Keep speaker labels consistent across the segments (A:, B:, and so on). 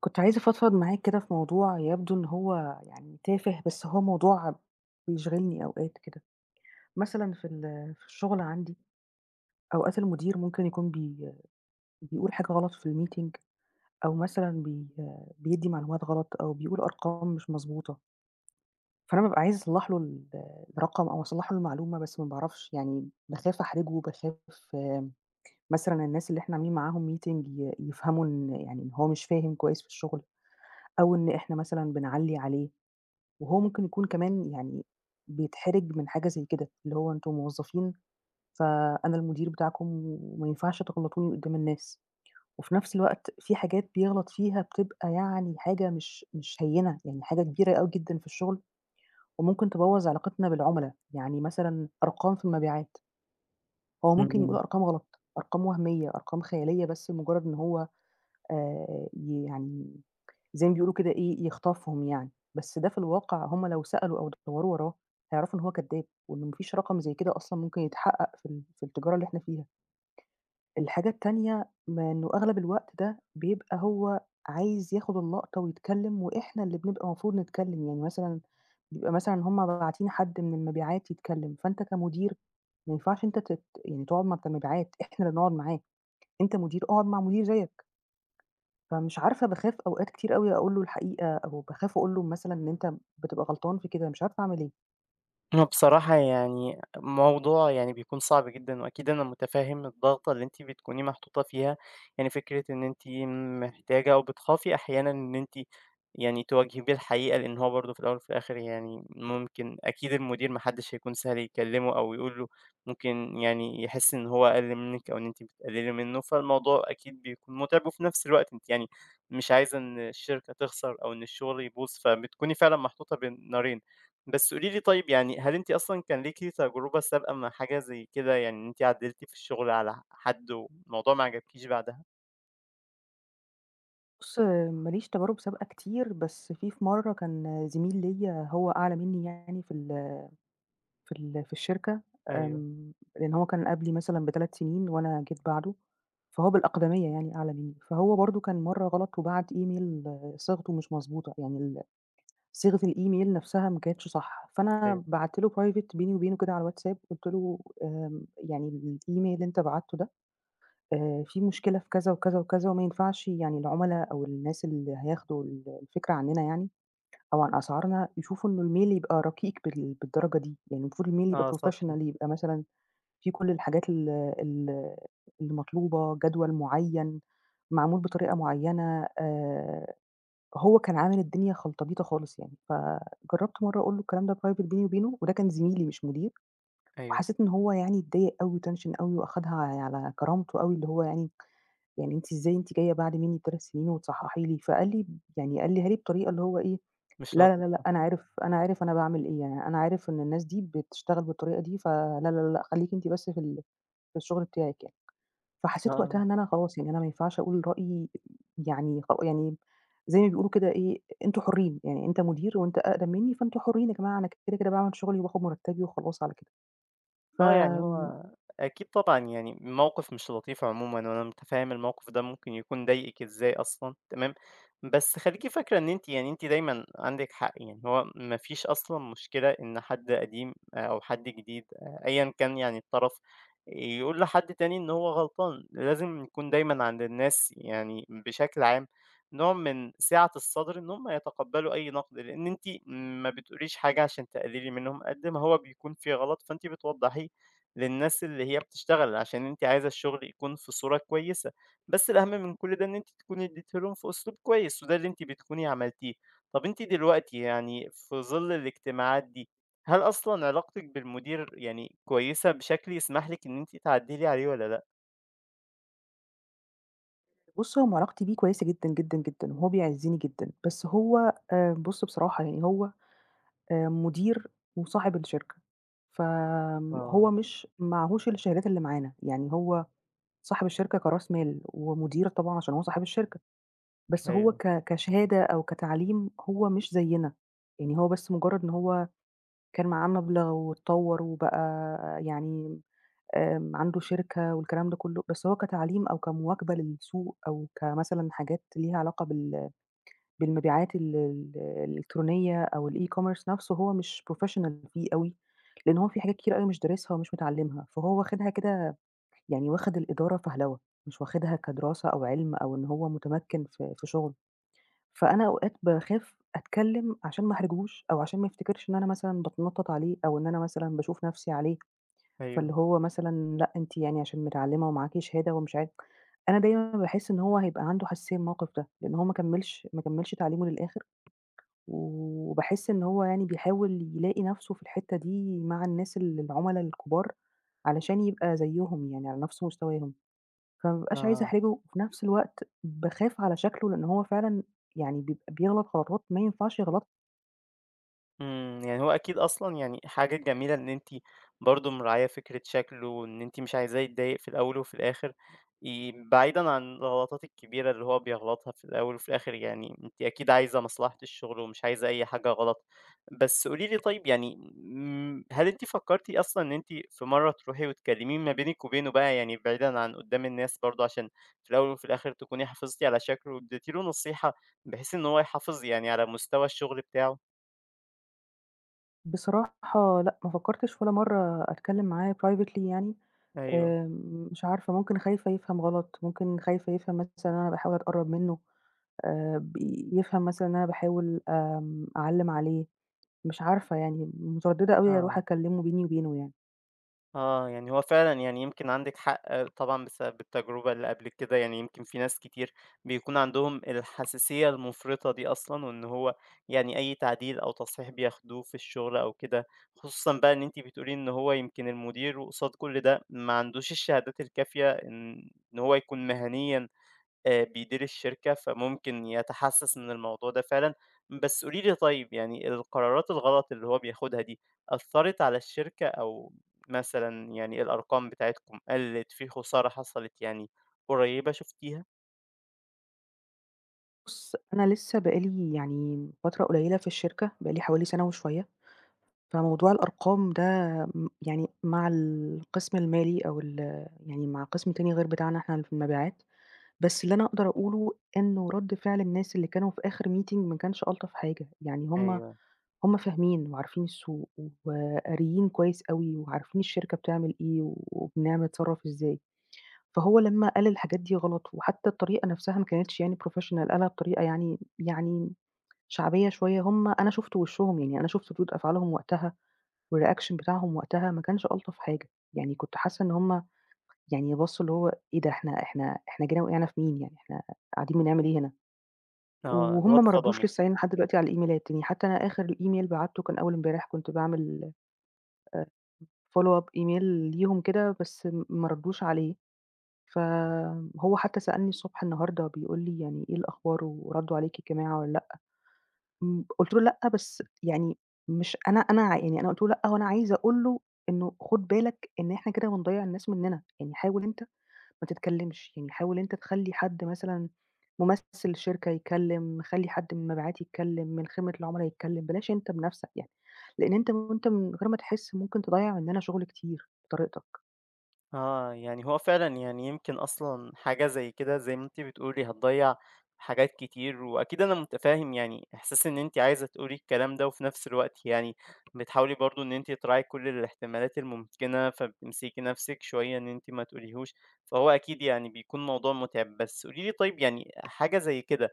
A: كنت عايزة أفضفض معاك كده في موضوع يبدو إن هو يعني تافه بس هو موضوع بيشغلني أوقات كده. مثلا في الشغل عندي أوقات المدير ممكن يكون بي بيقول حاجة غلط في الميتينج، أو مثلا بيدي معلومات غلط أو بيقول أرقام مش مظبوطة. فأنا ببقى عايز أصلح له الرقم أو أصلح له المعلومة، بس ما بعرفش، يعني بخاف أحرجه، بخاف آه، مثلا الناس اللي إحنا عاملين معاهم ميتينج يفهموا إن هو مش فاهم كويس في الشغل، أو إن إحنا مثلا بنعلي عليه. وهو ممكن يكون كمان يعني بيتحرج من حاجة زي كده، اللي هو أنتم موظفين فأنا المدير بتاعكم وما ينفعش تغلطوني قدّام الناس. وفي نفس الوقت في حاجات بيغلط فيها بتبقى يعني حاجة مش هينة، يعني حاجة كبيرة أوي جدًا في الشغل وممكن تبوّظ علاقتنا بالعُملا، يعني مثلًا أرقام في المبيعات. هو ممكن يقول
B: إمم.
A: أرقام غلط، أرقام وهمية، أرقام خيالية بس لمجرد إن هو آآ يعني زي ما بيقولوا كده إيه، يخطفهم يعني. بس ده في الواقع هُم لو سألوا أو دَوّروا وراه، هيعرفوا إن هو كدّاب، وإن ما فيش رقم زي كده أصلًا ممكن يتحقق في التجارة اللي إحنا فيها. الحاجة التانية ما إنه أغلب الوقت ده بيبقى هو عايز ياخد اللقطة ويتكلّم وإحنا اللي بنبقى المفروض نتكلّم، يعني مثلًا بيبقى مثلًا هُم باعتين حد من المبيعات يتكلّم، فأنت كمدير ما ينفعش أنت تت يعني تقعد مع بتاع المبيعات، إحنا اللي نقعد معاه، أنت مدير اقعد مع مدير زيّك. فمش عارفة باخاف أوقات كتير أوي أقول له الحقيقة، أو باخاف أقول له مثلًا إن أنت بتبقى غلطان في كده، مش عارفة أعمل إيه.
B: أنا بصراحة يعني موضوع يعني بيكون صعب جدًا، وأكيد أنا مُتفهِّم الضغطة اللي أنتِ بتكوني محطوطة فيها، يعني فكرة إن أنتِ محتاجة أو بتخافي أحيانًا إن أنتِ يعني تواجهي بيه الحقيقة، لإن هو برضه في الأول وفي الآخر يعني ممكن أكيد المدير ما حدش هيكون سهل يكلّمه أو يقول له ممكن يعني يحس إن هو أقل منِّك أو إن أنتِ بتقلّلي منّه، فالموضوع أكيد بيكون مُتعب، وفي نفس الوقت أنتِ يعني مش عايزة إن الشركة تخسر أو إن الشغل يبوظ، فبتكوني فعلًا محطوطة بين نارين. بس قولي لي طيب يعني هل أنتِ أصلًا كان ليكِ تجربة سابقة مع حاجة زي كده، يعني إن أنتِ عدّلتِ في الشغل على حد والموضوع ما عجبكيش بعدها؟
A: بُص، ما ليش تجارب سابقة كتير، بس في في مرّة كان زميل ليّا هو أعلى منّي يعني في الشركة.
B: أيوه،
A: آمم، لإن هو كان قبلي مثلًا ب3 سنين وأنا جيت بعده، فهو بالأقدمية يعني أعلى منّي. فهو برضه كان مرّة غلط وبعت إيميل صيغته مش مضبوطة، يعني صيغة الإيميل نفسها ما كانتش صح.
B: أيوه،
A: فأنا بعت له private بيني وبينه كده على الواتساب، قُلت له: "آمم، يعني الإيميل اللي أنت بعته ده فيه مشكلة في كذا وكذا وكذا، وما ينفعش يعني العُملا أو الناس اللي هياخدوا الفكرة عننا يعني أو عن أسعارنا يشوفوا إنه الميل يبقى رقيق بالدرجة دي، يعني المفروض الميل يبقى
B: آه سطحي،
A: professional، يبقى مثلًا فيه كل الحاجات ال ال المطلوبة، جدول معيّن، معمول بطريقة معيّنة." هو كان عامل الدنيا خلطبيطة خالص يعني. فجرّبت مرّة أقول له الكلام ده private بيني وبينه، وده كان زميلي مش مدير.
B: أيوه،
A: وحسيت إن هو يعني اتضايق أوي وتنشن أوي وأخدها على كرامته أوي، اللي هو يعني يعني أنتِ إزاي أنتِ جاية بعد مني ب3 سنين وتصحّحي لي؟ فقال لي، يعني قالها لي بطريقة اللي هو إيه،
B: مش
A: لا، لا،
B: لطيف،
A: لا، لأ،
B: آه،
A: أنا عارف أنا باعمل إيه، يعني أنا عارف إن الناس دي بتشتغل بالطريقة دي، فلا، لا، لا، لأ خلّيكِ أنتِ بس في الشغل بتاعِك يعني. فحسيت وقتها
B: آه.
A: إن أنا خلاص، يعني أنا ما ينفعش أقول رأيي، يعني خ يعني زي ما بيقولوا كده إيه، أنتم حُرّين، يعني أنت مدير وأنت أقدم منّي فأنتم حُرّين يا جماعة، أنا كده، كده باعمل شغلي وباخد مرتبي وخلاص على كده.
B: آه، يعني
A: فآمم،
B: هو أكيد طبعًا يعني موقف مش لطيف عمومًا، وأنا متفهم الموقف ده ممكن يكون ضايقِك إزاي أصلًا، تمام. بس خليكِ فاكرة إن أنتِ يعني أنتِ دايمًا عندِك حق، يعني هو ما فيش أصلًا مشكلة إن حد قديم أو حد جديد أيًا كان يعني الطرف، يقول لحد تاني إن هو غلطان، لازم يكون دايمًا عند الناس يعني بشكل عام نوع من سعة الصدر إن هم يتقبلوا أي نقد، لأن أنتِ ما بتقوليش حاجة عشان تقللي منهم، قد ما هو بيكون في غلط فأنتِ بتوضحيه. للناس اللي هي بتشتغل، عشان أنتِ عايزة الشغل يكون في صورة كويسة، بس الأهم من كل ده إن أنتِ تكوني اديتيه لهم في أسلوب كويس، وده اللي أنتِ بتكوني عملتيه. طب أنتِ دلوقتي يعني في ظل الاجتماعات دي، هل أصلًا علاقتِك بالمدير يعني كويسة بشكل يسمح لِك إن أنتِ تعدّلي عليه والّا لأ؟
A: بُص، هو علاقتي بيه كويسة جدًا، جدًا، جدًا، وهو بيعزّني جدًا، بس هو بُص بصراحة يعني هو مدير وصاحب الشركة.
B: آه.
A: هو مش معاهوش الشهادات اللي معانا، يعني هو صاحب الشركة كرأس مال ومدير طبعًا عشان هو صاحب الشركة. بس هو
B: أيوه،
A: كشهادة أو كتعليم هو مش زيّنا، يعني هو بس مجرّد إن هو كان معاه مبلغ واتطوّر وبقى يعني عنده شركة والكلام ده كلّه. بس هو كتعليم أو كمواكبة للسوق أو كمثلًا حاجات ليها علاقة بالمبيعات ال ال الإلكترونية أو الe-commerce نَفْسه هو مش professional فيه أوي، لإن هو في حاجات كتير أوي مش دارسها ومش متعلّمها. فهو واخدها كده يعني واخد الإدارة فهلوة، مش واخدها كدراسة أو عِلم أو إن هو متمكن في شغله. فأنا أوقات باخاف أتكلّم عشان ما أحرجهوش أو عشان ما يفتكرش إن أنا مثلًا باتنطّط عليه أو إن أنا مثلًا باشوف نَفْسي عليه، فاللي
B: أيوه.
A: هو مثلًا لأ أنتِ يعني عشان متعلّمة ومعاكِ شهادة ومش عارف. أنا دايمًا باحس إن هو هيبقى عنده حساسية من الموقِف ده، لإن هو ما كمّلش تعليمه للآخِر، وباحس إن هو يعني بيحاول يلاقي نَفْسه في الحتّة دي مع الناس العُملا الكُبار علشان يبقى زيّهم يعني على نَفْس مستواهم. فما بابقاش عايزة
B: آه.
A: أحرجه، وفي نفس الوقت باخاف على شكله لإن هو فعلًا يعني بيبقى بيغلط غلطات ما ينفعش يغلطها.
B: يعني هو أكيد أصلًا يعني حاجة جميلة إن أنتِ برضه مراعية فكرة شكله، وإن أنتِ مش عايزاه يتضايق في الأول وفي الآخر، بعيدًا عن الغلطات الكبيرة اللي هو بيغلطها في الأول وفي الآخر يعني أنتِ أكيد عايزة مصلحة الشغل ومش عايزة أي حاجة غلط. بس قولي لي طيب يعني هل أنتِ فكرتِ أصلًا إن أنتِ في مرة تروحي وتكلميه ما بينِك وبينه بقى يعني بعيدًا عن قدام الناس برضه عشان في الأول وفي الآخر تكوني حافظتِ على شكله واديتِ له نصيحة بحيث إن هو يحافظ يعني على مستوى الشغل بتاعه؟
A: بصراحة لأ، ما فكّرتش ولا مرّة أتكلّم معاه privately يعني.
B: أيوه.
A: مش عارفة، ممكن خايفة يفهم غلط، ممكن خايفة يفهم مثلًا إن أنا باحاول أتقرّب منّه، ب يفهم مثلًا إن أنا باحاول أعلّم عليه. مش عارفة، يعني متردّدة أوي أروح
B: آه،
A: أكلّمه بيني وبينه يعني.
B: آه، يعني هو فعلًا يعني يمكن عندِك حق آه، طبعًا بسبب التجربة اللي قبل كده، يعني يمكن في ناس كتير بيكون عندهم الحساسية المفرطة دي أصلًا، وإن هو يعني أي تعديل أو تصحيح بياخدوه في الشغل أو كده، خصوصًا بقى إن أنتِ بتقولي إن هو يمكن المدير وقصاد كل ده ما عندوش الشهادات الكافية إن هو يكون مهنيًا بيدير الشركة، فممكن يتحسّس من الموضوع ده فعلًا. بس قولي لي طيب يعني القرارات الغلط اللي هو بياخدها دي، أثّرت على الشركة أو مثلًا يعني الأرقام بتاعتكم قَلّت، في خسارة حصلت يعني قريّبة شُفتيها؟
A: بُص، أنا لسه بقى لي يعني فترة قليّلة في الشركة، بقى لي حوالي سَنة وشوية. فموضوع الأرقام ده م يعني مع القسم المالي أو يعني مع قسم تاني غير بتاعنا إحنا اللي في المبيعات. بس اللي أنا أقدر أقوله إنه رد فعل الناس اللي كانوا في آخر meeting ما كانش ألطف حاجة، يعني هُم
B: أيوه،
A: هُم فاهمين وعارفين السوق وقاريين كويس أوي وعارفين الشركة بتعمل إيه وبنعم نتصرّف إزاي. فهو لمّا قال الحاجات دي غلط وحتى الطريقة نفسها ما كانتش يعني professional، قالها بطريقة يعني شعبية شوية. هُم، أنا شُفت وشّهم، يعني أنا شُفت ردود أفعالهم وقتها والreaction بتاعهم وقتها ما كانش ألطف حاجة، يعني كنت حاسة إن هُم يعني بصّوا اللي هو إيه ده، إحنا جينا وقعنا في مين؟ يعني إحنا قاعدين بنعمل إيه هنا؟
B: آه، اللي هو
A: وهُم ما ردّوش
B: اتصدموا.
A: لسه يعني لحد دلوقتي على الإيميلات، يعني حتى أنا آخر الإيميل بعتّه كان أول امبارح، كنت باعمل آآ follow up email ليهم كده بس ما ردّوش عليه. فهو حتى سألني الصبح النهارده بيقول لي يعني إيه الأخبار، وردّوا عليك الجماعة والّا؟ قُلت له: "لأ، بس يعني مش أنا أنا ع"، يعني أنا قُلت له: "لأ، هو أنا عايزة أقول له إنه خُد بالك إن إحنا كده بنضيّع الناس مننا، يعني حاول أنت ما تتكلّمش، يعني حاول أنت تخلّي حد مثلًا ممثّل شركة يتكلّم، خلّي حد من المبيعات يتكلّم، من خدمة العملا يتكلّم، بلاش أنت بنَفْسك يعني، لإن أنت وأنت من غير ما تحس ممكن تضيّع مننا شُغل كتير بطريقتك."
B: آه، يعني هو فعلًا يعني يمكن أصلًا حاجة زي كده زي ما أنتِ بتقولي هتضيّع حاجات كتير، وأكيد أنا متفهم يعني إحساس إن أنتِ عايزة تقولي الكلام ده، وفي نفس الوقت يعني بتحاولي برضه إن أنتِ تراعي كل الاحتمالات الممكنة، فبتمسكي نفسِك شوية إن أنتِ ما تقوليهوش، فهو أكيد يعني بيكون موضوع متعب. بس قولي لي طيب يعني حاجة زي كده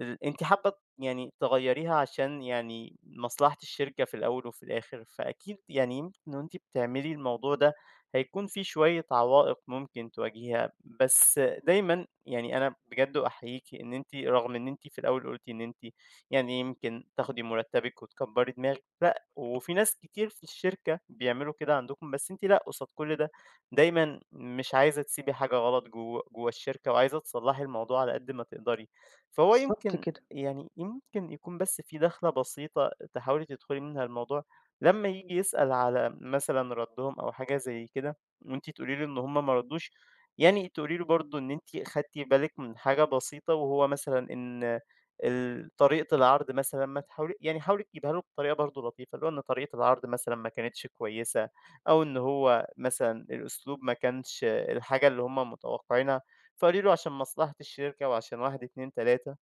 B: أنتِ حابة يعني تغيّريها عشان يعني مصلحة الشركة في الأول وفي الآخر، فأكيد يعني يمكن وأنتِ بتعملي الموضوع ده هيكون في شوية عوائق ممكن تواجهيها، بس دايمًا يعني أنا بجد أحييكِ إن أنتِ رغم إن أنتِ في الأول قلتِ إن أنتِ يعني يمكن تاخدي مرتبِك وتكبّري دماغِك، لأ، وفي ناس كتير في الشركة بيعملوا كده عندكم، بس أنتِ لأ، قصاد كل ده دايمًا مش عايزة تسيبي حاجة غلط جوّه جوّه الشركة وعايزة تصلّحي الموضوع على قد ما تقدري. فهو
A: بالضبط
B: يمكن
A: كده.
B: يعني يمكن يكون بس في دخلة بسيطة تحاولي تدخلي منها الموضوع لما يجي يسأل على مثلا ردهم أو حاجة زي كده، وانتي تقولي له إن هما ما ردوش، يعني تقولي له برضه إن انتي خدتي بالك من حاجة بسيطة وهو مثلا إن طريقة العرض مثلا، ما تحاولي يعني حاولي تجيبها له بطريقة برضه لطيفة، اللي هو إن طريقة العرض مثلا ما كانتش كويسة أو إن هو مثلا الأسلوب ما كانش الحاجة اللي هما متوقعينها، فقالوا له عشان مصلحة الشركة وعشان 1، 2، 3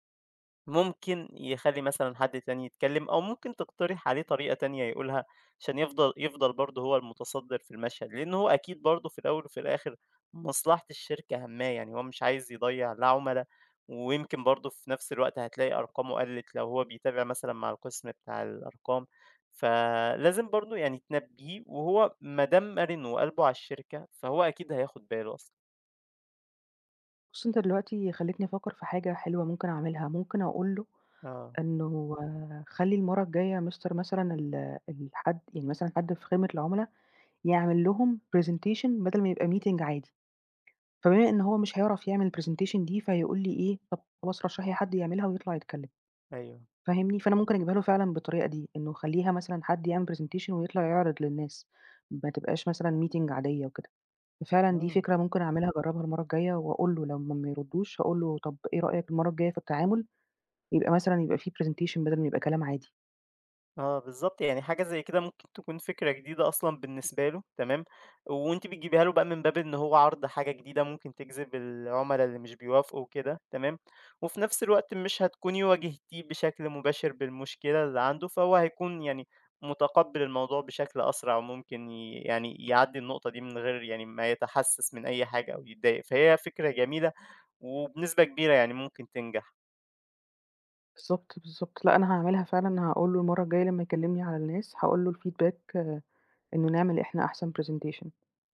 B: ممكن يخلّي مثلًا حد تاني يتكلم أو ممكن تقترح عليه طريقة تانية يقولها عشان يفضل برضه هو المتصدر في المشهد، لأن هو أكيد برضه في الأول وفي الآخر مصلحة الشركة هَمّاه، يعني هو مش عايز يضيّع لا عُملا، ويمكن برضه في نفس الوقت هتلاقي أرقامه قَلّت لو هو بيتابع مثلًا مع القسم بتاع الأرقام، فلازم برضه يعني تنبّهيه، وهو ما دام مَرِن وقلبه على الشركة فهو أكيد هياخد باله أصلًا.
A: بُص، أنت دلوقتي خلّيتني أفكّر في حاجة حلوة ممكن أعملها، ممكن أقول له
B: آه،
A: إنه آه، خلّي المَرّة الجاية مستر مثلًا الحد يعني مثلًا حد في خدمة العملا يعمل لهم presentation بدل ما يبقى meeting عادي، فبما إن هو مش هيعرف يعمل الpresentation دي فهيقول لي إيه، طَب خلاص رشّحي حد يعملها ويطلع يتكلّم.
B: أيوه.
A: فاهمني؟ فأنا ممكن أجيبها له فعلًا بالطريقة دي، إنه خلّيها مثلًا حد يعمل presentation ويطلع يعرض للناس، ما تبقاش مثلًا meeting عادية وكده. ففعلًا دي
B: آه.
A: فكرة ممكن أعملها، أجرّبها المَرّة الجاية، وأقول له لو ما يردّوش هاقول له طَب إيه رأيك المَرّة الجاية في التعامل يبقى مثلًا يبقى في presentation بدل ما يبقى كلام عادي؟
B: آه، بالضبط، يعني حاجة زي كده ممكن تكون فكرة جديدة أصلًا بالنسبة له تمام، وأنتِ بتجيبيها له بقى من باب إن هو عرض حاجة جديدة ممكن تجذب العُملا اللي مش بيوافقوا وكده تمام، وفي نفس الوقت مش هتكوني واجهتيه بشكل مباشر بالمشكلة اللي عنده، فهو هيكون يعني متقبّل الموضوع بشكل أسرع وممكن يعني يعدّي النقطة دي من غير يعني ما يتحسّس من أي حاجة أو يتضايق، فهي فكرة جميلة وبنسبة كبيرة يعني ممكن تنجح.
A: بالضبط، بالضبط. لأ، أنا هاعملها فعلًا، هاقول له المرّة الجاية لمّا يكلمني على الناس، هاقول له الfeedback آه، إنه نعمل إحنا أحسن presentation.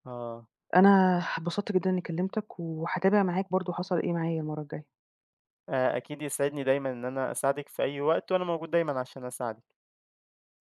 B: آه.
A: أنا اتبسطت جدًا إني كلمتك، وهاتابع معاك برضه حصل إيه معايا المرّة الجاية.
B: أكيد يسعدني دايمًا إن أنا أساعدِك في أي وقت، وأنا موجود دايمًا عشان أساعدِك.